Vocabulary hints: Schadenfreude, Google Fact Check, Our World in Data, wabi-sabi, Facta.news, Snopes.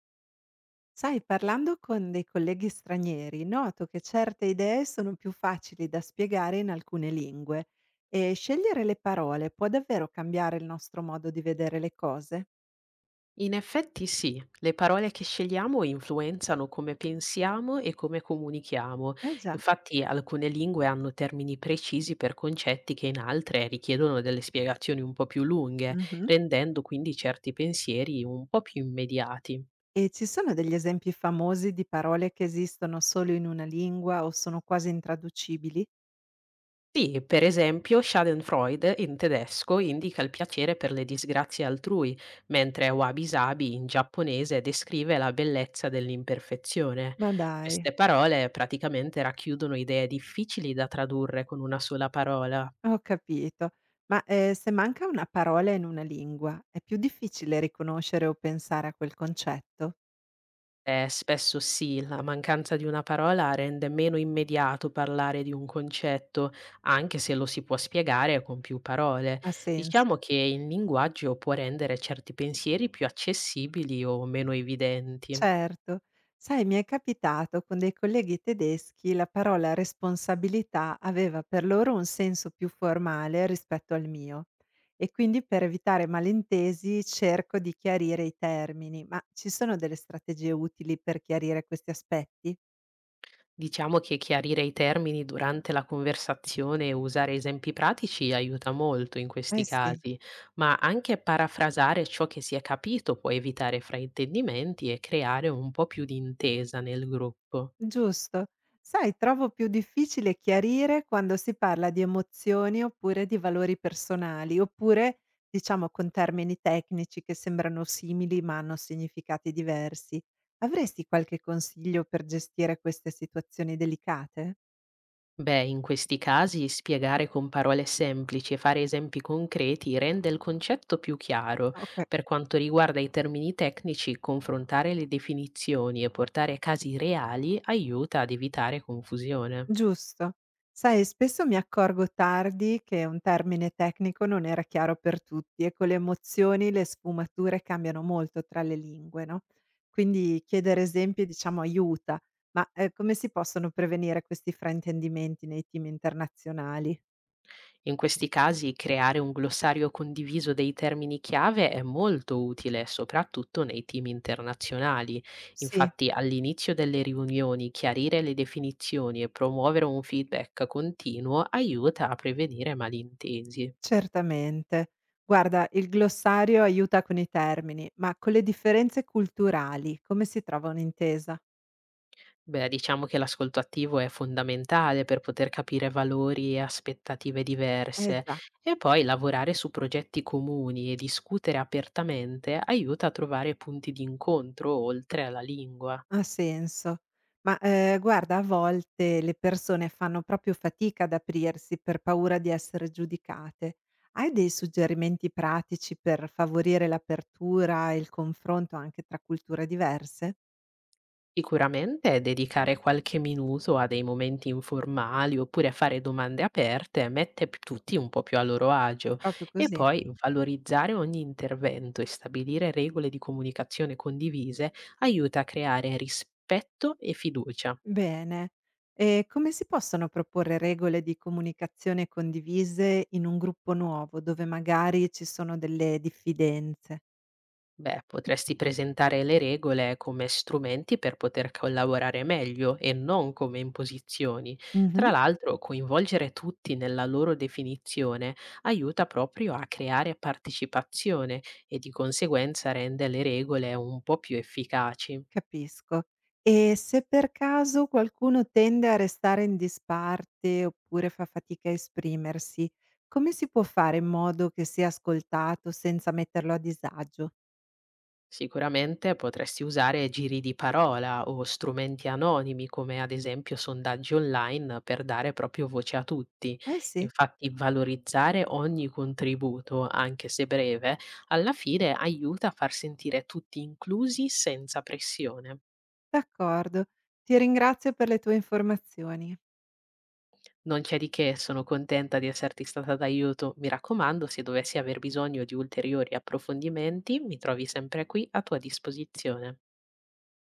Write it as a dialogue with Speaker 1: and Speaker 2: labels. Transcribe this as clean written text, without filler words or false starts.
Speaker 1: Sai, parlando con dei colleghi stranieri, noto che certe idee sono più facili da spiegare in alcune lingue e scegliere le parole può davvero cambiare il nostro modo di vedere le cose.
Speaker 2: In effetti sì, le parole che scegliamo influenzano come pensiamo e come comunichiamo.
Speaker 1: Eh già.
Speaker 2: Infatti alcune lingue hanno termini precisi per concetti che in altre richiedono delle spiegazioni un po' più lunghe,
Speaker 1: Mhm.
Speaker 2: rendendo quindi certi pensieri un po' più immediati.
Speaker 1: E ci sono degli esempi famosi di parole che esistono solo in una lingua o sono quasi intraducibili?
Speaker 2: Sì, per esempio Schadenfreude in tedesco indica il piacere per le disgrazie altrui, mentre wabi-sabi in giapponese descrive la bellezza dell'imperfezione.
Speaker 1: Ma dai,
Speaker 2: Queste parole praticamente racchiudono idee difficili da tradurre con una sola parola.
Speaker 1: ho capito. Se manca una parola in una lingua, è più difficile riconoscere o pensare a quel concetto?
Speaker 2: Spesso sì, la mancanza di una parola rende meno immediato parlare di un concetto, anche se lo si può spiegare con più parole.
Speaker 1: Ha senso.
Speaker 2: Diciamo che il linguaggio può rendere certi pensieri più accessibili o meno evidenti.
Speaker 1: Certo. Sai, mi è capitato con dei colleghi tedeschi la parola responsabilità aveva per loro un senso più formale rispetto al mio e quindi per evitare malintesi cerco di chiarire i termini, ma ci sono delle strategie utili per chiarire questi aspetti?
Speaker 2: Diciamo che chiarire i termini durante la conversazione e usare esempi pratici aiuta molto in questi
Speaker 1: Eh sì.
Speaker 2: casi, ma anche parafrasare ciò che si è capito può evitare fraintendimenti e creare un po' più di intesa nel gruppo.
Speaker 1: Giusto. Sai, trovo più difficile chiarire quando si parla di emozioni oppure di valori personali, oppure diciamo con termini tecnici che sembrano simili ma hanno significati diversi. Avresti qualche consiglio per gestire queste situazioni delicate?
Speaker 2: Beh, in questi casi spiegare con parole semplici e fare esempi concreti rende il concetto più chiaro.
Speaker 1: Ok.
Speaker 2: Per quanto riguarda i termini tecnici, confrontare le definizioni e portare casi reali aiuta ad evitare confusione.
Speaker 1: Giusto. Sai, spesso mi accorgo tardi che un termine tecnico non era chiaro per tutti e con le emozioni le sfumature cambiano molto tra le lingue, no? Quindi chiedere esempi, diciamo, aiuta, come si possono prevenire questi fraintendimenti nei team internazionali?
Speaker 2: In questi casi creare un glossario condiviso dei termini chiave è molto utile, soprattutto nei team internazionali.
Speaker 1: Sì,
Speaker 2: Infatti, all'inizio delle riunioni, chiarire le definizioni e promuovere un feedback continuo aiuta a prevenire malintesi.
Speaker 1: certamente. Guarda, il glossario aiuta con i termini, ma con le differenze culturali, come si trova un'intesa?
Speaker 2: Beh, diciamo che l'ascolto attivo è fondamentale per poter capire valori e aspettative
Speaker 1: Eh
Speaker 2: diverse
Speaker 1: già.
Speaker 2: e poi lavorare su progetti comuni e discutere apertamente aiuta a trovare punti di incontro oltre alla lingua.
Speaker 1: Ha senso. Guarda, a volte le persone fanno proprio fatica ad aprirsi per paura di essere giudicate. Hai dei suggerimenti pratici per favorire l'apertura e il confronto anche tra culture diverse?
Speaker 2: Sicuramente dedicare qualche minuto a dei momenti informali oppure a fare domande aperte mette tutti un po' più a loro agio
Speaker 1: Proprio
Speaker 2: e
Speaker 1: così.
Speaker 2: poi valorizzare ogni intervento e stabilire regole di comunicazione condivise aiuta a creare rispetto e fiducia.
Speaker 1: Bene. E come si possono proporre regole di comunicazione condivise in un gruppo nuovo, dove magari ci sono delle diffidenze?
Speaker 2: Beh, potresti presentare le regole come strumenti per poter collaborare meglio e non come imposizioni. Tra
Speaker 1: Mh-mh.
Speaker 2: l'altro, coinvolgere tutti nella loro definizione aiuta proprio a creare partecipazione e di conseguenza rende le regole un po' più efficaci.
Speaker 1: Capisco. E se per caso qualcuno tende a restare in disparte oppure fa fatica a esprimersi, come si può fare in modo che sia ascoltato senza metterlo a disagio?
Speaker 2: Sicuramente potresti usare giri di parola o strumenti anonimi come ad esempio sondaggi online per dare proprio voce a tutti.
Speaker 1: Eh sì,
Speaker 2: Infatti valorizzare ogni contributo, anche se breve, alla fine aiuta a far sentire tutti inclusi senza pressione.
Speaker 1: d'accordo. Ti ringrazio per le tue informazioni.
Speaker 2: Non c'è di che, sono contenta di esserti stata d'aiuto. Mi raccomando, se dovessi aver bisogno di ulteriori approfondimenti, mi trovi sempre qui a tua disposizione.